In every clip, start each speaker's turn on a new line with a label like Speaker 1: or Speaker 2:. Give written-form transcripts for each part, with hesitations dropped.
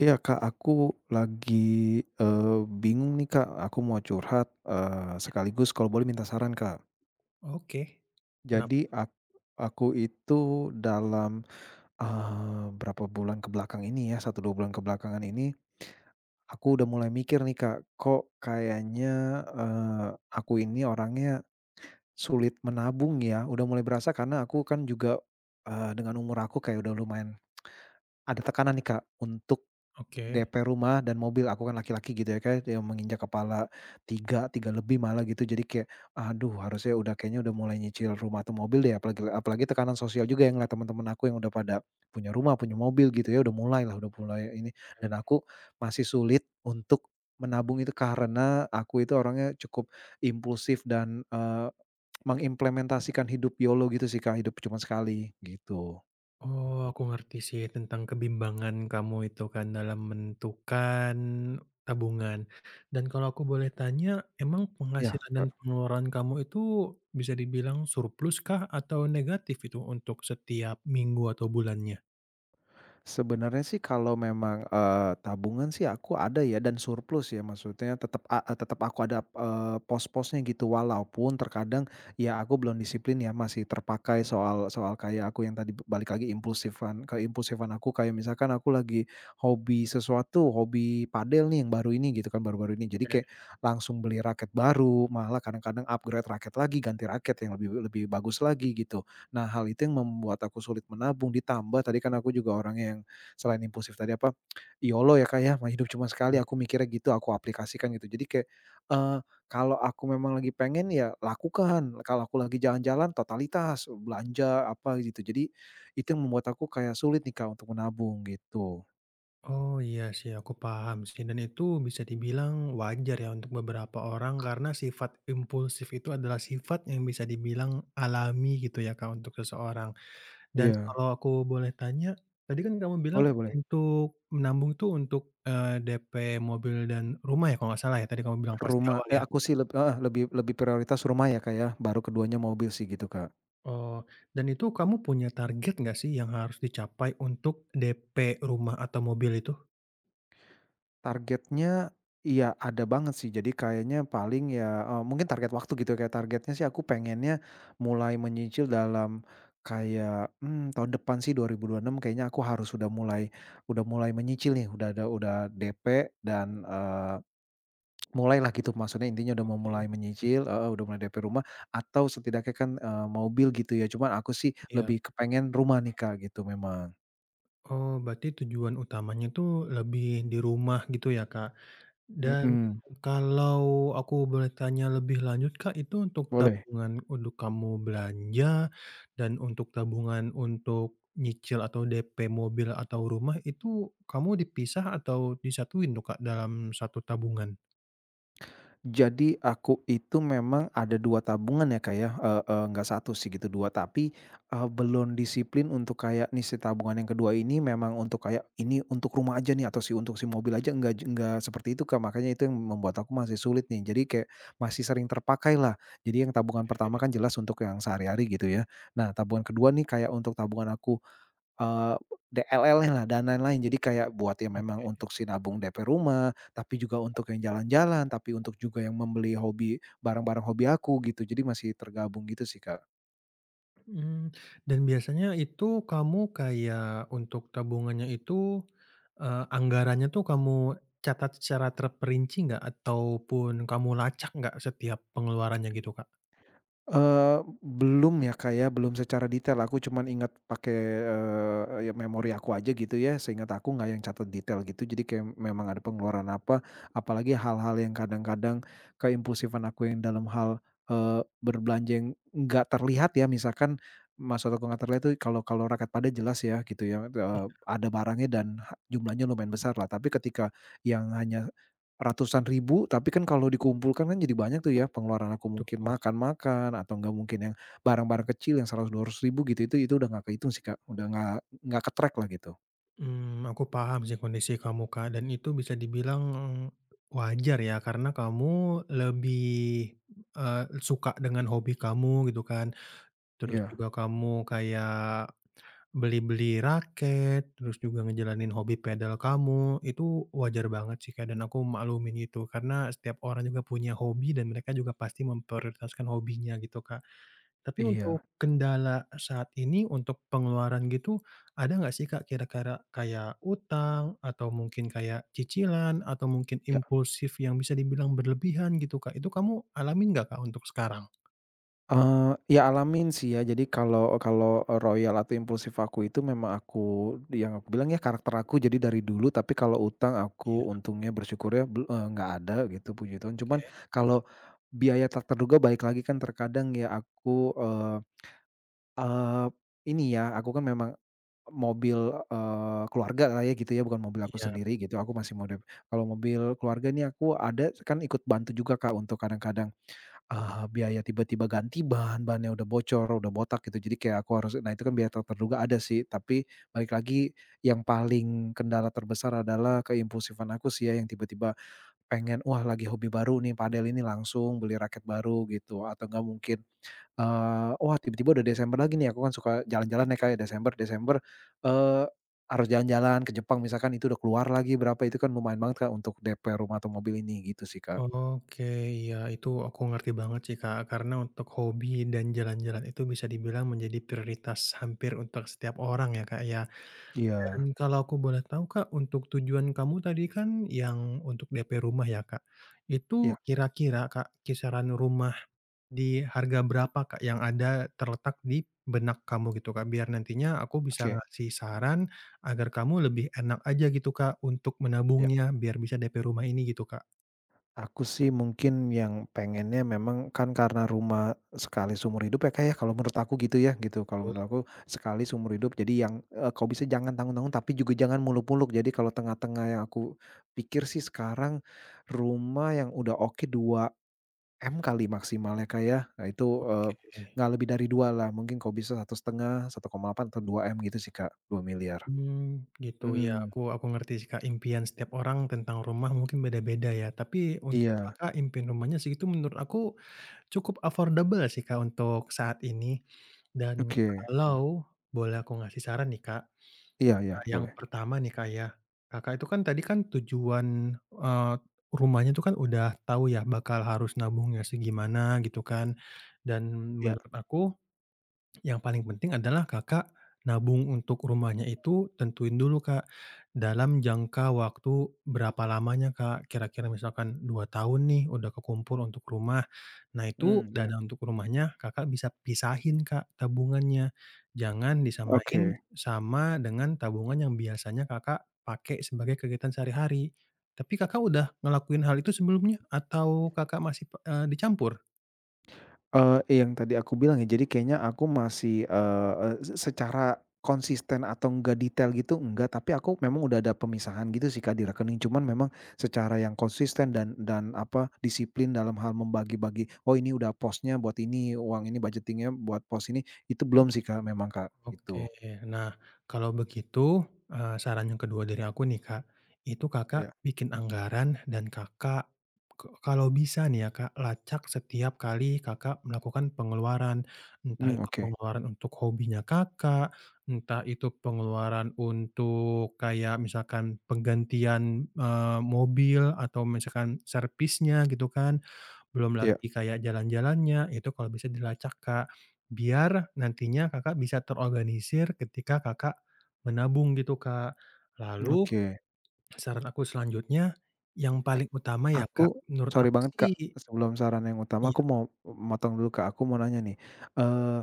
Speaker 1: Iya Kak, aku lagi, bingung nih Kak, aku mau curhat, sekaligus kalau boleh minta saran Kak.
Speaker 2: Oke, kenap
Speaker 1: Jadi aku itu dalam, berapa bulan kebelakang ini ya, satu 2 bulan kebelakangan ini, aku udah mulai mikir nih Kak, kok kayaknya, aku ini orangnya sulit menabung ya, udah mulai berasa karena aku kan juga, dengan umur aku kayak udah lumayan ada tekanan nih Kak, untuk
Speaker 2: oke.
Speaker 1: DP rumah dan mobil, aku kan laki-laki gitu ya, kayak yang menginjak kepala 3, 3 lebih malah gitu. Jadi kayak, aduh harusnya udah kayaknya udah mulai nyicil rumah atau mobil deh, apalagi apalagi tekanan sosial juga yang ngeliat teman-teman aku yang udah pada punya rumah, punya mobil gitu ya, udah mulai lah, udah mulai ini.
Speaker 2: Mhm.
Speaker 1: Dan aku masih sulit untuk menabung itu karena aku itu orangnya cukup impulsif dan, mengimplementasikan hidup YOLO gitu sih, Kak, hidup cuma sekali, gitu.
Speaker 2: Oh, aku ngerti sih tentang kebimbangan kamu itu kan dalam menentukan tabungan. Dan kalau aku boleh tanya, emang
Speaker 1: Ya.
Speaker 2: penghasilan dan pengeluaran kamu itu bisa dibilang surplus kah atau negatif itu untuk setiap minggu atau bulannya?
Speaker 1: Sebenarnya sih kalau memang, tabungan sih aku ada ya dan surplus ya maksudnya tetap aku ada, pos-posnya gitu walaupun terkadang ya aku belum disiplin ya masih terpakai soal soal kayak aku yang tadi balik lagi impulsifan ke impulsifan aku kayak misalkan aku lagi hobi sesuatu, hobi padel nih yang baru ini gitu kan baru-baru ini jadi kayak
Speaker 2: Oke,
Speaker 1: langsung beli raket baru malah kadang-kadang upgrade raket lagi ganti raket yang lebih lebih bagus lagi gitu. Nah, hal itu yang membuat aku sulit menabung, ditambah tadi kan aku juga orangnya yang selain impulsif tadi apa, YOLO ya, Kak, ya, "Mah hidup cuma sekali,"
Speaker 2: iya.
Speaker 1: aku mikirnya gitu, aku aplikasikan gitu. Jadi kayak, eee, kalau aku memang lagi pengen ya lakukan, kalau aku lagi jalan-jalan totalitas, belanja apa gitu. Jadi itu yang membuat aku kayak sulit nih, Kak, untuk menabung gitu.
Speaker 2: Oh, iya sih aku paham sih dan itu bisa dibilang wajar ya untuk beberapa orang karena sifat impulsif itu adalah sifat yang bisa dibilang alami gitu ya, Kak, untuk seseorang. Dan
Speaker 1: Iya,
Speaker 2: kalau aku boleh tanya, tadi kan kamu bilang
Speaker 1: boleh boleh.
Speaker 2: untuk menabung tuh untuk, DP mobil dan rumah ya, kalau nggak salah ya, tadi kamu bilang pas di
Speaker 1: Rumah,
Speaker 2: awal ya?
Speaker 1: aku sih lebih prioritas rumah ya, Kak, ya, baru keduanya mobil sih gitu, Kak.
Speaker 2: Oh, dan itu kamu punya target nggak sih yang harus dicapai untuk DP rumah atau mobil itu?
Speaker 1: Targetnya, iya ada banget sih. Jadi kayaknya paling ya, mungkin target waktu gitu ya, kayak targetnya sih aku pengennya mulai menyicil dalam kayak, tahun depan sih 2026 kayaknya aku harus sudah mulai udah mulai menyicil nih, udah ada udah DP dan, mulailah gitu maksudnya intinya udah mau
Speaker 2: Oke.
Speaker 1: mulai menyicil heeh, udah mulai DP rumah atau setidaknya kan, mobil gitu ya. Cuman aku sih
Speaker 2: Iya.
Speaker 1: lebih kepengen rumah nih Kak gitu memang.
Speaker 2: Oh, berarti tujuan utamanya tuh lebih di rumah gitu ya, Kak? Dan
Speaker 1: Mhm,
Speaker 2: kalau aku boleh tanya lebih lanjut, Kak, itu untuk
Speaker 1: boleh.
Speaker 2: tabungan untuk kamu belanja dan untuk tabungan untuk nyicil atau DP mobil atau rumah itu kamu dipisah atau disatuin tuh, Kak, dalam satu tabungan?
Speaker 1: Jadi aku itu memang ada 2 tabungan ya Kak ya, eee eee, nggak satu sih gitu 2 tapi, belum disiplin untuk kayak nih si tabungan yang kedua ini memang untuk kayak ini untuk rumah aja nih atau si untuk si mobil aja nggak seperti itu Kak, makanya itu yang membuat aku masih sulit nih jadi kayak masih sering terpakai lah. Jadi yang tabungan pertama kan jelas untuk yang sehari-hari gitu ya. Nah tabungan kedua nih kayak untuk tabungan aku Eee, DLL-nya lah dan lain-lain. Jadi kayak buat yang memang
Speaker 2: Oke.
Speaker 1: untuk si nabung DP rumah, tapi juga untuk yang jalan-jalan, tapi untuk juga yang membeli hobi barang-barang hobi aku gitu. Jadi masih tergabung gitu sih, Kak.
Speaker 2: Mmm, dan biasanya itu kamu kayak untuk tabungannya itu, anggarannya tuh kamu catat secara terperinci nggak ataupun kamu lacak nggak setiap pengeluarannya gitu, Kak?
Speaker 1: Belum ya, Kak, ya, belum secara detail aku cuman ingat pakai, ya memori aku aja gitu ya, seingat aku nggak yang catat detail gitu. Jadi kayak memang ada pengeluaran apa, apalagi hal-hal yang kadang-kadang keimpulsifan aku yang dalam hal, berbelanja yang nggak terlihat ya, misalkan maksud aku nggak terlihat tuh kalau kalau rakyat Padang jelas ya gitu ya, ada barangnya dan ha jumlahnya lumayan besar lah, tapi ketika yang hanya ratusan ribu, tapi kan kalau dikumpulkan kan jadi banyak tuh ya pengeluaran aku
Speaker 2: Itu.
Speaker 1: mungkin makan-makan atau enggak mungkin yang barang-barang kecil yang seratus dua ratus ribu gitu, itu udah nggak kehitung sih, Kak, udah nggak ke-track lah gitu.
Speaker 2: Mmm, aku paham sih kondisi kamu, Kak, dan itu bisa dibilang wajar ya karena kamu lebih, suka dengan hobi kamu gitu kan, terus
Speaker 1: Iya
Speaker 2: juga kamu kayak beli-beli raket, terus juga ngejalanin hobi pedal kamu, itu wajar banget sih, Kak, dan aku maklumin itu karena setiap orang juga punya hobi dan mereka juga pasti memprioritaskan hobinya gitu, Kak. Tapi
Speaker 1: iya,
Speaker 2: untuk kendala saat ini untuk pengeluaran gitu, ada nggak sih, Kak, kira-kira kayak utang atau mungkin kayak cicilan atau mungkin
Speaker 1: ya,
Speaker 2: impulsif yang bisa dibilang berlebihan gitu, Kak, itu kamu alamin nggak, Kak, untuk sekarang?
Speaker 1: eee, ya alamin sih ya, jadi kalau kalau royal atau impulsif aku itu memang aku yang aku bilang ya karakter aku jadi dari dulu, tapi kalau utang
Speaker 2: Iya,
Speaker 1: aku untungnya bersyukurnya nggak ada gitu puji Tuhan, cuman
Speaker 2: oke,
Speaker 1: kalau biaya tak terduga balik lagi kan terkadang ya aku, eee Eee, ini ya, aku kan memang mobil, keluarga lah ya gitu ya, bukan mobil aku
Speaker 2: iya,
Speaker 1: sendiri gitu, aku masih mode kalau mobil keluarga ini aku ada kan ikut bantu juga Kak, untuk kadang-kadang, biaya tiba-tiba ganti ban, bannya udah bocor, udah botak gitu, jadi kayak aku harus nah itu kan biaya tak terduga ada sih, tapi balik lagi yang paling kendala terbesar adalah keimpulsifan aku sih ya, yang tiba-tiba pengen, wah lagi hobi baru nih padel ini, langsung beli raket baru gitu, atau enggak mungkin wah tiba-tiba udah Desember lagi nih, aku kan suka jalan-jalan ya, Kak, ya, Desember Desember, eee, harus jalan-jalan ke Jepang misalkan itu udah keluar lagi berapa, itu kan lumayan banget, Kak, untuk DP rumah atau mobil ini, gitu sih, Kak.
Speaker 2: oke, iya, itu aku ngerti banget sih, Kak, karena untuk hobi dan jalan-jalan itu bisa dibilang menjadi prioritas hampir untuk setiap orang ya, Kak, ya.
Speaker 1: Iya,
Speaker 2: Dan kalau aku boleh tahu, Kak, untuk tujuan kamu tadi kan yang untuk DP rumah ya, Kak,
Speaker 1: iya,
Speaker 2: itu kira-kira, Kak, kisaran rumah di harga berapa, Kak, yang ada terletak di benak kamu gitu, Kak? Biar nantinya aku bisa
Speaker 1: oke.
Speaker 2: ngasih saran agar kamu lebih enak aja gitu, Kak, untuk
Speaker 1: Ya.
Speaker 2: menabungnya, biar bisa DP rumah ini gitu, Kak.
Speaker 1: Aku sih mungkin yang pengennya memang kan karena rumah sekali seumur hidup ya, Kak, ya, kalau menurut aku gitu ya, gitu. Kalau
Speaker 2: Betul,
Speaker 1: menurut aku sekali seumur hidup jadi yang, kalau bisa jangan tanggung-tanggung tapi juga jangan muluk-muluk. Jadi kalau tengah-tengah yang aku pikir sih sekarang rumah yang udah oke 2 M kali maksimalnya, Kak, ya. Nah itu,
Speaker 2: oke.
Speaker 1: nggak lebih dari 2 lah, mungkin kalau bisa satu satu setengah, 1,8 atau 2 M gitu sih, Kak, 2.000.000.000.
Speaker 2: Hmm, gitu ya,
Speaker 1: Mhm.
Speaker 2: aku ngerti sih, Kak, impian setiap orang tentang rumah mungkin beda-beda ya, tapi untuk
Speaker 1: Iya.
Speaker 2: Kakak impian rumahnya segitu menurut aku cukup affordable sih, Kak, untuk saat ini. Dan
Speaker 1: Oke, mmm.
Speaker 2: kalau boleh aku ngasih saran nih, Kak,
Speaker 1: Iya iya,
Speaker 2: yang
Speaker 1: boleh.
Speaker 2: pertama nih, Kak, ya, Kakak itu kan tadi kan tujuan, eee, rumahnya itu kan udah tahu ya bakal harus nabungnya segimana gitu kan, dan
Speaker 1: Iya,
Speaker 2: menurut aku yang paling penting adalah Kakak nabung untuk rumahnya itu tentuin dulu, Kak, dalam jangka waktu berapa lamanya, Kak. Kira-kira misalkan 2 tahun nih udah kekumpul untuk rumah. Nah, itu
Speaker 1: iya.
Speaker 2: dana untuk rumahnya Kakak bisa pisahin, Kak, tabungannya. Jangan disamain
Speaker 1: Oke.
Speaker 2: sama dengan tabungan yang biasanya Kakak pakai sebagai kegiatan sehari-hari. Tapi Kakak udah ngelakuin hal itu sebelumnya atau Kakak masih, dicampur?
Speaker 1: Yang tadi aku bilang ya, jadi kayaknya aku masih, eee eee, secara konsisten atau enggak detail gitu enggak, tapi aku memang udah ada pemisahan gitu sih Kak di rekening, cuman memang secara yang konsisten dan apa, disiplin dalam hal membagi-bagi, "Oh ini udah posnya buat ini, uang ini budgeting-nya buat pos ini," itu belum sih Kak memang Kak,
Speaker 2: Oke.
Speaker 1: gitu.
Speaker 2: Nah, kalau begitu, saran yang kedua dari aku nih, Kak, itu
Speaker 1: Iya,
Speaker 2: Kakak bikin anggaran dan Kakak kalau bisa nih ya, Kak, lacak setiap kali Kakak melakukan pengeluaran. Entah itu
Speaker 1: oke,
Speaker 2: pengeluaran untuk hobinya Kakak, entah itu pengeluaran untuk kayak misalkan penggantian, mobil atau misalkan servisnya gitu kan. Belum
Speaker 1: iya,
Speaker 2: lagi kayak jalan-jalannya, itu kalau bisa dilacak, Kak. Biar nantinya Kakak bisa terorganisir ketika Kakak menabung gitu, Kak. Lalu
Speaker 1: oke.
Speaker 2: saran aku selanjutnya, yang paling utama ya, Kak,
Speaker 1: Aku
Speaker 2: menurut
Speaker 1: sorry
Speaker 2: aku
Speaker 1: banget Kak,
Speaker 2: sih
Speaker 1: sebelum saran yang utama
Speaker 2: iya,
Speaker 1: aku mau motong dulu Kak, aku mau nanya nih, eee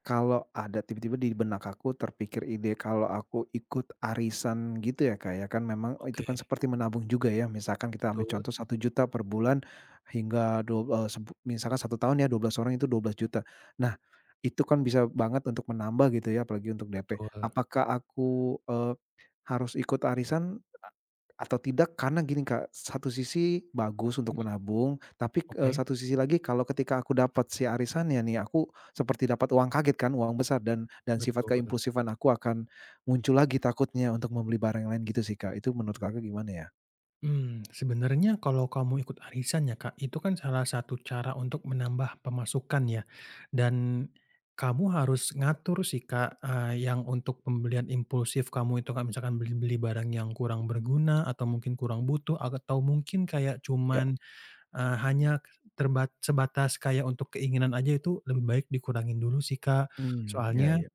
Speaker 1: kalau ada tiba-tiba di benak aku terpikir ide kalau aku ikut arisan gitu ya Kak ya, kan memang itu
Speaker 2: oke,
Speaker 1: kan seperti menabung juga ya. Misalkan kita ambil
Speaker 2: betul,
Speaker 1: contoh 1 juta per bulan hingga dua eee, sebu misalkan 1 tahun ya 12 orang itu 12 juta. Nah itu kan bisa banget untuk menambah gitu ya, apalagi untuk DP.
Speaker 2: betul,
Speaker 1: Apakah aku, eee, harus ikut arisan a atau tidak? Karena gini Kak, satu sisi bagus untuk menabung, tapi,
Speaker 2: oke,
Speaker 1: satu sisi lagi kalau ketika aku dapat si arisannya nih, aku seperti dapat uang kaget kan, uang besar dan sifat
Speaker 2: betul.
Speaker 1: keimpulsifan aku akan muncul lagi takutnya untuk membeli barang yang lain gitu sih Kak. Itu menurut Kakak gimana ya?
Speaker 2: Hmm, sebenarnya kalau kamu ikut arisan ya, Kak, itu kan salah satu cara untuk menambah pemasukan ya, dan kamu harus ngatur sih, Kak, yang untuk pembelian impulsif kamu itu, Kak, misalkan beli-beli barang yang kurang berguna atau mungkin kurang butuh atau mungkin kayak
Speaker 1: Ya,
Speaker 2: cuman, hanya sebatas kayak untuk keinginan aja itu lebih baik dikurangin dulu sih, Kak.
Speaker 1: ya
Speaker 2: Soalnya
Speaker 1: ya.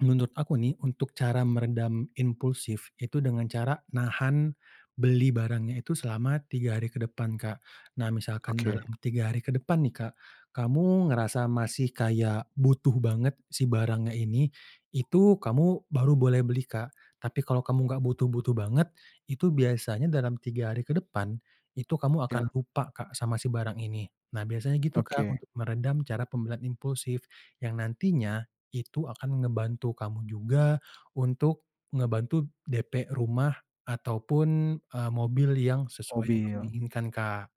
Speaker 2: menurut aku nih, untuk cara meredam impulsif itu dengan cara nahan beli barangnya itu selama 3 hari ke depan, Kak. Nah, misalkan dalam
Speaker 1: Oke,
Speaker 2: 3 hari ke depan nih, Kak, kamu ngerasa masih kayak butuh banget si barangnya ini, itu kamu baru boleh beli, Kak. Tapi kalau kamu nggak butuh-butuh banget, itu biasanya dalam 3 hari ke depan, itu kamu
Speaker 1: ya,
Speaker 2: akan lupa, Kak, sama si barang ini. Nah, biasanya gitu, Kak,
Speaker 1: oke,
Speaker 2: untuk meredam cara pembelian impulsif yang nantinya itu akan ngebantu kamu juga untuk ngebantu DP rumah ataupun, mobil yang sesuai yang kamu Mmm.
Speaker 1: mobil.
Speaker 2: inginkan, Kak.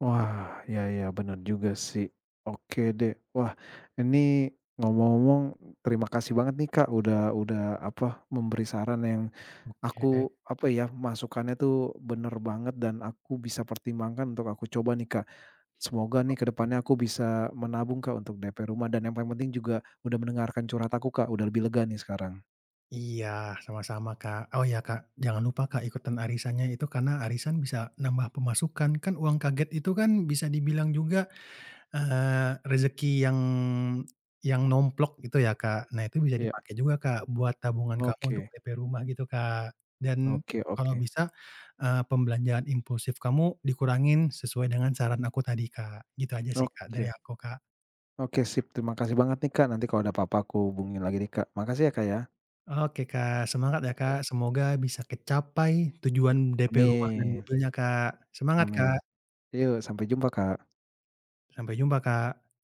Speaker 1: Wah, ya ya benar juga sih. Oke deh. Wah, ini ngomong-ngomong terima kasih banget nih Kak, udah apa, memberi saran yang
Speaker 2: Oke.
Speaker 1: aku apa ya, masukannya tuh bener banget dan aku bisa pertimbangkan untuk aku coba nih Kak. Semoga nih ke depannya aku bisa menabung Kak, untuk DP rumah dan yang paling penting juga udah mendengarkan curhat aku Kak, udah lebih lega nih sekarang.
Speaker 2: Iya, sama-sama, Kak. Oh ya, Kak, jangan lupa, Kak, ikutan arisannya itu karena arisan bisa nambah pemasukan, kan uang kaget itu kan bisa dibilang juga rezeki yang nomplok gitu ya, Kak. Nah, itu bisa
Speaker 1: Iya.
Speaker 2: dipakai juga, Kak, buat tabungan kamu untuk
Speaker 1: Oke,
Speaker 2: DP rumah gitu, Kak. Dan
Speaker 1: oke
Speaker 2: kalau
Speaker 1: oke.
Speaker 2: bisa, pembelanjaan impulsif kamu dikurangin sesuai dengan saran aku tadi, Kak. Gitu aja sih, Kak, dari
Speaker 1: Oke
Speaker 2: aku, Kak.
Speaker 1: oke sip, terima kasih banget nih Kak, nanti kalau ada apa-apa aku hubungin lagi nih Kak. Makasih ya Kak ya.
Speaker 2: Oke, Kak, semangat ya, Kak. Semoga bisa kecapai tujuan DP rumah dan
Speaker 1: Amin
Speaker 2: mobilnya, Kak. Semangat, Kak.
Speaker 1: amin. Yuk sampai jumpa, Kak.
Speaker 2: Sampai jumpa, Kak.